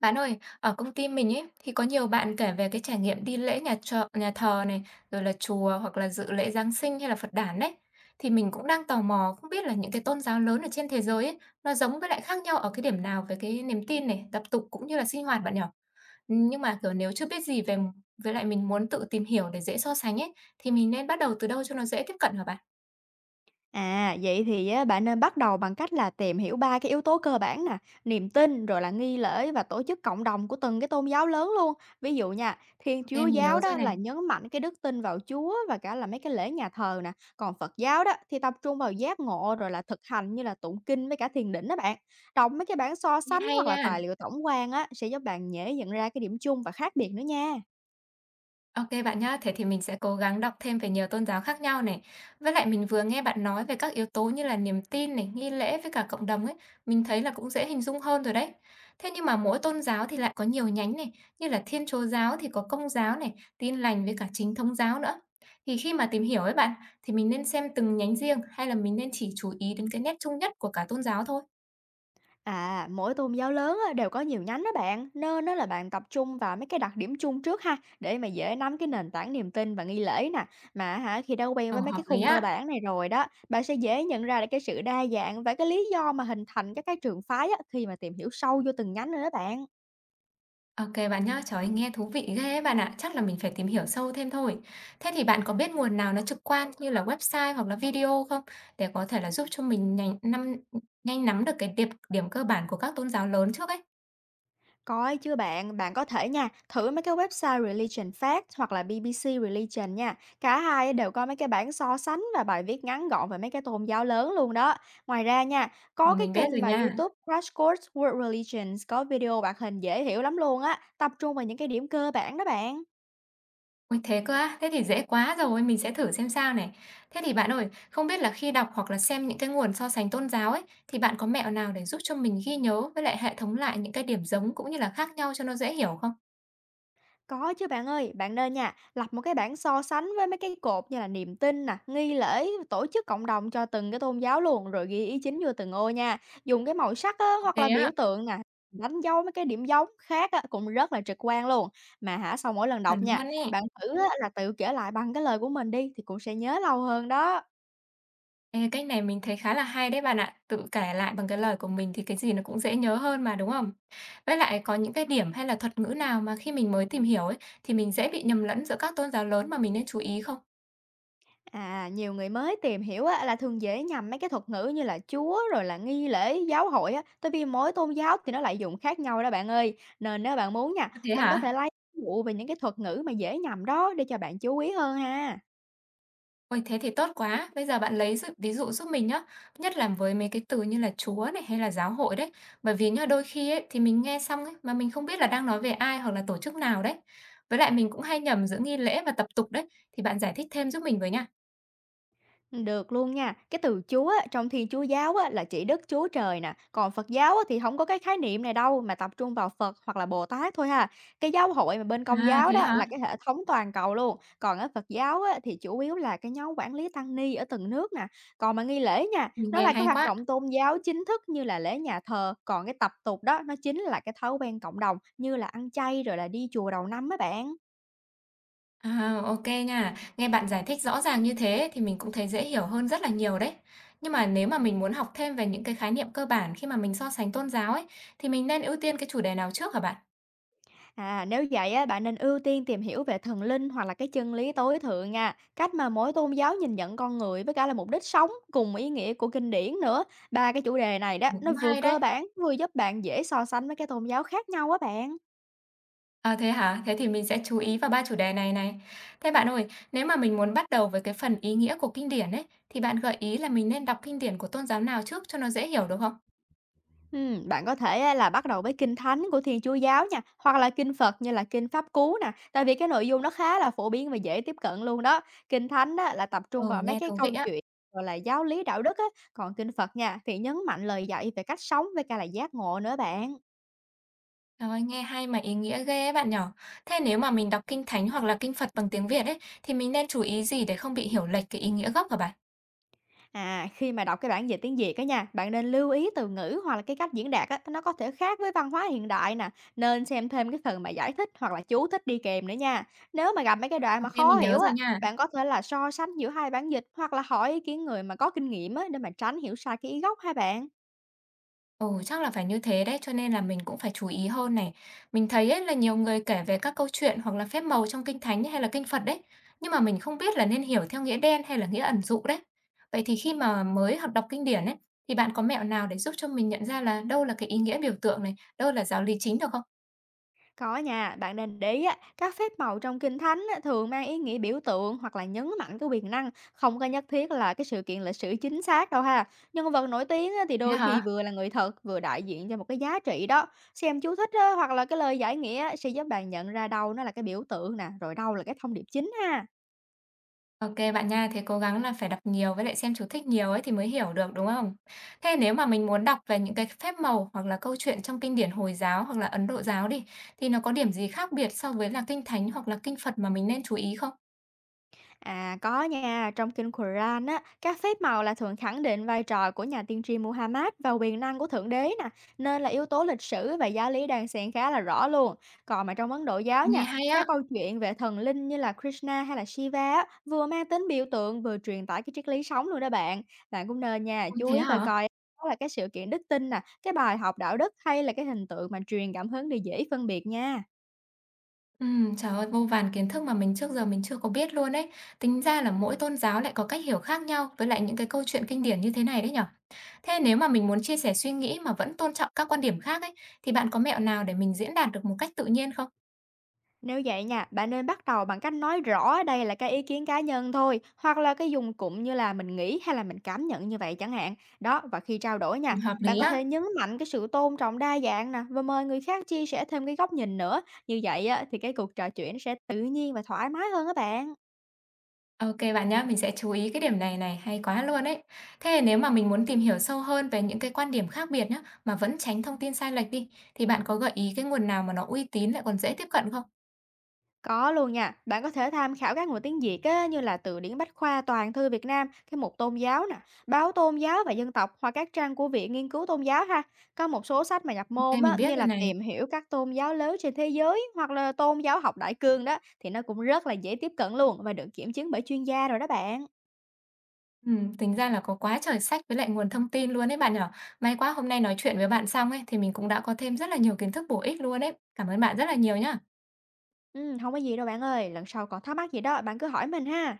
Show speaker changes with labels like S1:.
S1: Bạn ơi, ở công ty mình ấy thì có nhiều bạn kể về cái trải nghiệm đi lễ nhà chợ, nhà thờ này, rồi là chùa hoặc là dự lễ Giáng sinh hay là Phật đản đấy. Thì mình cũng đang tò mò không biết là những cái tôn giáo lớn ở trên thế giới ấy, nó giống với lại khác nhau ở cái điểm nào về cái niềm tin này, tập tục cũng như là sinh hoạt bạn nhỉ? Nhưng mà kiểu nếu chưa biết gì về với lại mình muốn tự tìm hiểu để dễ so sánh ấy thì mình nên bắt đầu từ đâu cho nó dễ tiếp cận hả bạn?
S2: À, vậy thì á, bạn nên bắt đầu bằng cách là tìm hiểu ba cái yếu tố cơ bản nè, niềm tin, rồi là nghi lễ và tổ chức cộng đồng của từng cái tôn giáo lớn luôn. Ví dụ nha, Thiên
S1: Ok,
S2: Chúa
S1: mình
S2: giáo
S1: nhớ rồi
S2: đó
S1: này.
S2: là nhấn mạnh cái đức tin vào Chúa và cả là mấy cái lễ nhà thờ nè. Còn Phật giáo đó thì tập trung vào giác ngộ rồi là thực hành như là tụng kinh với cả thiền định đó bạn. Đọc mấy cái bản so
S1: Nghe
S2: sánh
S1: hay
S2: hoặc là
S1: nha.
S2: tài liệu tổng quan á sẽ giúp bạn dễ nhận ra cái điểm chung và khác biệt nữa nha.
S1: OK bạn nhá. Thế thì mình sẽ cố gắng đọc thêm về nhiều tôn giáo khác nhau này. Với lại mình vừa nghe bạn nói về các yếu tố như là niềm tin này, nghi lễ với cả cộng đồng ấy, mình thấy là cũng dễ hình dung hơn rồi đấy. Thế nhưng mà mỗi tôn giáo thì lại có nhiều nhánh này, như là Thiên Chúa giáo thì có Công giáo này, Tin lành với cả Chính thống giáo nữa. Thì khi mà tìm hiểu ấy bạn, thì mình nên xem từng nhánh riêng hay là mình nên chỉ chú ý đến cái nét chung nhất của cả tôn giáo thôi?
S2: À, mỗi tôn giáo lớn á, đều có nhiều nhánh đó bạn, nên đó là bạn tập trung vào mấy cái đặc điểm chung trước ha, để mà dễ nắm cái nền tảng niềm tin và nghi lễ nè. Mà hả, khi đã quen
S1: Ờ,
S2: với mấy cái
S1: hợp lý
S2: khung cơ
S1: á.
S2: bản này rồi đó, bạn sẽ dễ nhận ra được cái sự đa dạng và cái lý do mà hình thành các cái trường phái á, khi mà tìm hiểu sâu vô từng nhánh rồi đó bạn.
S1: OK bạn nhá. Trời ơi, nghe thú vị ghê ấy bạn ạ. Chắc là mình phải tìm hiểu sâu thêm thôi. Thế thì bạn có biết nguồn nào nó trực quan như là website hoặc là video không? Để có thể là giúp cho mình nhanh nắm được cái điểm điểm cơ bản của các tôn giáo lớn trước ấy.
S2: Có chứ bạn, bạn có thể nha, thử mấy cái website Religion Facts hoặc là BBC Religion nha. Cả hai đều có mấy cái bản so sánh và bài viết ngắn gọn về mấy cái tôn giáo lớn luôn đó. Ngoài ra nha, có
S1: Mà
S2: cái
S1: mình biết
S2: kênh
S1: rồi
S2: mà
S1: nha.
S2: YouTube Crash Course World Religions có video hoạt hình dễ hiểu lắm luôn á, tập trung vào những cái điểm cơ bản đó bạn.
S1: Ôi, thế cơ á? Thế thì dễ quá rồi, mình sẽ thử xem sao này. Thế thì bạn ơi, không biết là khi đọc hoặc là xem những cái nguồn so sánh tôn giáo ấy, thì bạn có mẹo nào để giúp cho mình ghi nhớ với lại hệ thống lại những cái điểm giống cũng như là khác nhau cho nó dễ hiểu không?
S2: Có chứ bạn ơi, bạn nên nha, lập một cái bảng so sánh với mấy cái cột như là niềm tin nè, nghi lễ, tổ chức cộng đồng cho từng cái tôn giáo luôn, rồi ghi ý chính vô từng ô nha. Dùng cái màu sắc á,
S1: OK
S2: hoặc là biểu
S1: á,
S2: tượng nè, đánh dấu mấy cái điểm giống khác á, cũng rất là trực quan luôn. Mà hả, sau mỗi lần
S1: cần
S2: đọc nha,
S1: luôn ấy.
S2: bạn thử á, là tự kể lại bằng cái lời của mình đi thì cũng sẽ nhớ lâu hơn đó.
S1: Ê, cách này mình thấy khá là hay đấy bạn ạ. Tự kể lại bằng cái lời của mình thì cái gì nó cũng dễ nhớ hơn mà, đúng không? Với lại có những cái điểm hay là thuật ngữ nào mà khi mình mới tìm hiểu ấy, thì mình dễ bị nhầm lẫn giữa các tôn giáo lớn mà mình nên chú ý không?
S2: À, nhiều người mới tìm hiểu á, là thường dễ nhầm mấy cái thuật ngữ như là Chúa rồi là nghi lễ, giáo hội á, tại vì mỗi tôn giáo thì nó lại dùng khác nhau đó bạn ơi. Nên nếu bạn muốn nha,
S1: Thế
S2: mình có thể
S1: hả?
S2: lấy ví dụ về những cái thuật ngữ mà dễ nhầm đó để cho bạn chú ý hơn ha.
S1: Ôi, thế thì tốt quá. Bây giờ bạn lấy ví dụ giúp mình nhá. Nhất là với mấy cái từ như là Chúa này hay là giáo hội đấy. Bởi vì nhá, đôi khi ấy, thì mình nghe xong ấy, mà mình không biết là đang nói về ai hoặc là tổ chức nào đấy. Với lại mình cũng hay nhầm giữa nghi lễ và tập tục đấy. Thì bạn giải thích thêm giúp mình với nha.
S2: Được luôn nha. Cái từ Chúa á, trong Thiên Chúa giáo á, là chỉ Đức Chúa Trời nè, còn Phật giáo á, thì không có cái khái niệm này đâu, mà tập trung vào Phật hoặc là Bồ Tát thôi ha. Cái giáo hội mà bên Công
S1: À,
S2: giáo
S1: thế
S2: đó
S1: hả?
S2: là cái hệ thống toàn cầu luôn, còn ở Phật giáo á, thì chủ yếu là cái nhóm quản lý tăng ni ở từng nước nè. Còn mà nghi lễ nha,
S1: Mình
S2: nó
S1: nghe
S2: là cái
S1: hay
S2: hoạt
S1: quá.
S2: động tôn giáo chính thức như là lễ nhà thờ, còn cái tập tục đó nó chính là cái thói quen cộng đồng như là ăn chay rồi là đi chùa đầu năm á bạn.
S1: À, ô nha. Nghe bạn giải thích rõ ràng như thế thì mình cũng thấy dễ hiểu hơn rất là nhiều đấy. Nhưng mà nếu mà mình muốn học thêm về những cái khái niệm cơ bản khi mà mình so sánh tôn giáo ấy, thì mình nên ưu tiên cái chủ đề nào trước hả bạn?
S2: À, nếu vậy á, bạn nên ưu tiên tìm hiểu về thần linh hoặc là cái chân lý tối thượng nha, cách mà mỗi tôn giáo nhìn nhận con người với cả là mục đích sống cùng ý nghĩa của kinh điển nữa. Ba cái chủ đề này đó,
S1: Ừ,
S2: nó
S1: cũng
S2: vừa
S1: hay
S2: cơ
S1: đấy.
S2: bản vừa giúp bạn dễ so sánh với cái tôn giáo khác nhau á bạn.
S1: À thế hả? Thế thì mình sẽ chú ý vào ba chủ đề này này. Thế bạn ơi, nếu mà mình muốn bắt đầu với cái phần ý nghĩa của kinh điển ấy, thì bạn gợi ý là mình nên đọc kinh điển của tôn giáo nào trước cho nó dễ hiểu được không?
S2: Bạn có thể á là bắt đầu với Kinh Thánh của Thiên Chúa giáo nha, hoặc là Kinh Phật như là Kinh Pháp Cú nè, tại vì cái nội dung nó khá là phổ biến và dễ tiếp cận luôn đó. Kinh Thánh á là tập
S1: Ừ,
S2: trung vào mấy
S1: nghe
S2: cái
S1: thú vị
S2: câu
S1: á.
S2: chuyện rồi là giáo lý đạo đức á, còn Kinh Phật nha thì nhấn mạnh lời dạy về cách sống với cả là giác ngộ nữa bạn.
S1: Trời ơi, nghe hay mà ý nghĩa ghê ấy bạn nhỏ. Thế nếu mà mình đọc Kinh Thánh hoặc là Kinh Phật bằng tiếng Việt ấy, thì mình nên chú ý gì để không bị hiểu lệch cái ý nghĩa gốc hả bạn?
S2: À, khi mà đọc cái bản dịch tiếng Việt á nha, bạn nên lưu ý từ ngữ hoặc là cái cách diễn đạt á, nó có thể khác với văn hóa hiện đại nè, nên xem thêm cái phần mà giải thích hoặc là chú thích đi kèm nữa nha. Nếu mà gặp mấy cái đoạn mà
S1: Ok
S2: khó
S1: mình nhớ
S2: hiểu
S1: rồi
S2: á,
S1: nha.
S2: bạn có thể là so sánh giữa hai bản dịch hoặc là hỏi ý kiến người mà có kinh nghiệm á, để mà tránh hiểu sai cái ý gốc hai bạn.
S1: Ồ chắc là phải như thế đấy, cho nên là mình cũng phải chú ý hơn này. Mình thấy ấy là nhiều người kể về các câu chuyện hoặc là phép màu trong Kinh Thánh hay là Kinh Phật đấy, nhưng mà mình không biết là nên hiểu theo nghĩa đen hay là nghĩa ẩn dụ đấy. Vậy thì khi mà mới học đọc kinh điển ấy, thì bạn có mẹo nào để giúp cho mình nhận ra là đâu là cái ý nghĩa biểu tượng này, đâu là giáo lý chính được không?
S2: Có nha, bạn nên để ý á, các phép màu trong Kinh Thánh á, thường mang ý nghĩa biểu tượng hoặc là nhấn mạnh cái quyền năng, không có nhất thiết là cái sự kiện lịch sử chính xác đâu ha. Nhân vật nổi tiếng á, thì
S1: Thế
S2: đôi khi
S1: hả?
S2: vừa là người thật, vừa đại diện cho một cái giá trị đó. Xem chú thích á, hoặc là cái lời giải nghĩa á, sẽ giúp bạn nhận ra đâu nó là cái biểu tượng nè, rồi đâu là cái thông điệp chính ha.
S1: OK bạn nha, thế cố gắng là phải đọc nhiều với lại xem chú thích nhiều ấy thì mới hiểu được, đúng không? Thế nếu mà mình muốn đọc về những cái phép màu hoặc là câu chuyện trong kinh điển Hồi giáo hoặc là Ấn Độ giáo đi, thì nó có điểm gì khác biệt so với là kinh thánh hoặc là kinh Phật mà mình nên chú ý không?
S2: À có nha, trong kinh Quran á, các phép màu là thường khẳng định vai trò của nhà tiên tri Muhammad và quyền năng của Thượng Đế nè, nên là yếu tố lịch sử và giáo lý đan xen khá là rõ luôn. Còn mà trong Ấn Độ giáo
S1: Nghe
S2: nha,
S1: hay á!
S2: các câu chuyện về thần linh như là Krishna hay là Shiva á, vừa mang tính biểu tượng vừa truyền tải cái triết lý sống luôn đó bạn. Bạn cũng nên nha,
S1: Ôi,
S2: chú
S1: thế
S2: ý coi
S1: hả?
S2: coi đó là cái sự kiện đức tin nè, cái bài học đạo đức hay là cái hình tượng mà truyền cảm hứng để dễ phân biệt nha.
S1: Ừ, trời ơi, vô vàn kiến thức mà mình trước giờ mình chưa có biết luôn ấy. Tính ra là mỗi tôn giáo lại có cách hiểu khác nhau với lại những cái câu chuyện kinh điển như thế này đấy nhở? Thế nếu mà mình muốn chia sẻ suy nghĩ mà vẫn tôn trọng các quan điểm khác ấy, thì bạn có mẹo nào để mình diễn đạt được một cách tự nhiên không?
S2: Nếu vậy nha, bạn nên bắt đầu bằng cách nói rõ đây là cái ý kiến cá nhân thôi, hoặc là cái dùng cụm như là mình nghĩ hay là mình cảm nhận như vậy chẳng hạn. Đó, và khi trao đổi nha,
S1: Hợp
S2: bạn
S1: lý
S2: có
S1: á.
S2: thể nhấn mạnh cái sự tôn trọng đa dạng nè và mời người khác chia sẻ thêm cái góc nhìn nữa. Như vậy á, thì cái cuộc trò chuyện sẽ tự nhiên và thoải mái hơn các bạn.
S1: Ok bạn nhá, mình sẽ chú ý cái điểm này này, hay quá luôn ấy. Thế nếu mà mình muốn tìm hiểu sâu hơn về những cái quan điểm khác biệt nhá, mà vẫn tránh thông tin sai lệch đi, thì bạn có gợi ý cái nguồn nào mà nó uy tín lại còn dễ tiếp cận không?
S2: Có luôn nha, bạn có thể tham khảo các nguồn tiếng Việt á, như là từ điển Bách khoa Toàn thư Việt Nam, cái mục tôn giáo nè, báo tôn giáo và dân tộc hoặc các trang của Viện Nghiên cứu Tôn giáo ha. Có một số sách mà nhập môn
S1: Ok
S2: á,
S1: mình
S2: như
S1: biết rồi
S2: là
S1: này.
S2: tìm hiểu các tôn giáo lớn trên thế giới hoặc là tôn giáo học đại cương đó thì nó cũng rất là dễ tiếp cận luôn và được kiểm chứng bởi chuyên gia rồi đó bạn.
S1: Tính ra là có quá trời sách với lại nguồn thông tin luôn đấy bạn nhỏ. May quá hôm nay nói chuyện với bạn xong ấy, thì mình cũng đã có thêm rất là nhiều kiến thức bổ ích luôn đấy. Cảm ơn bạn rất là nhiều nhá.
S2: Ừ, không có gì đâu bạn ơi, lần sau còn thắc mắc gì đó bạn cứ hỏi mình ha.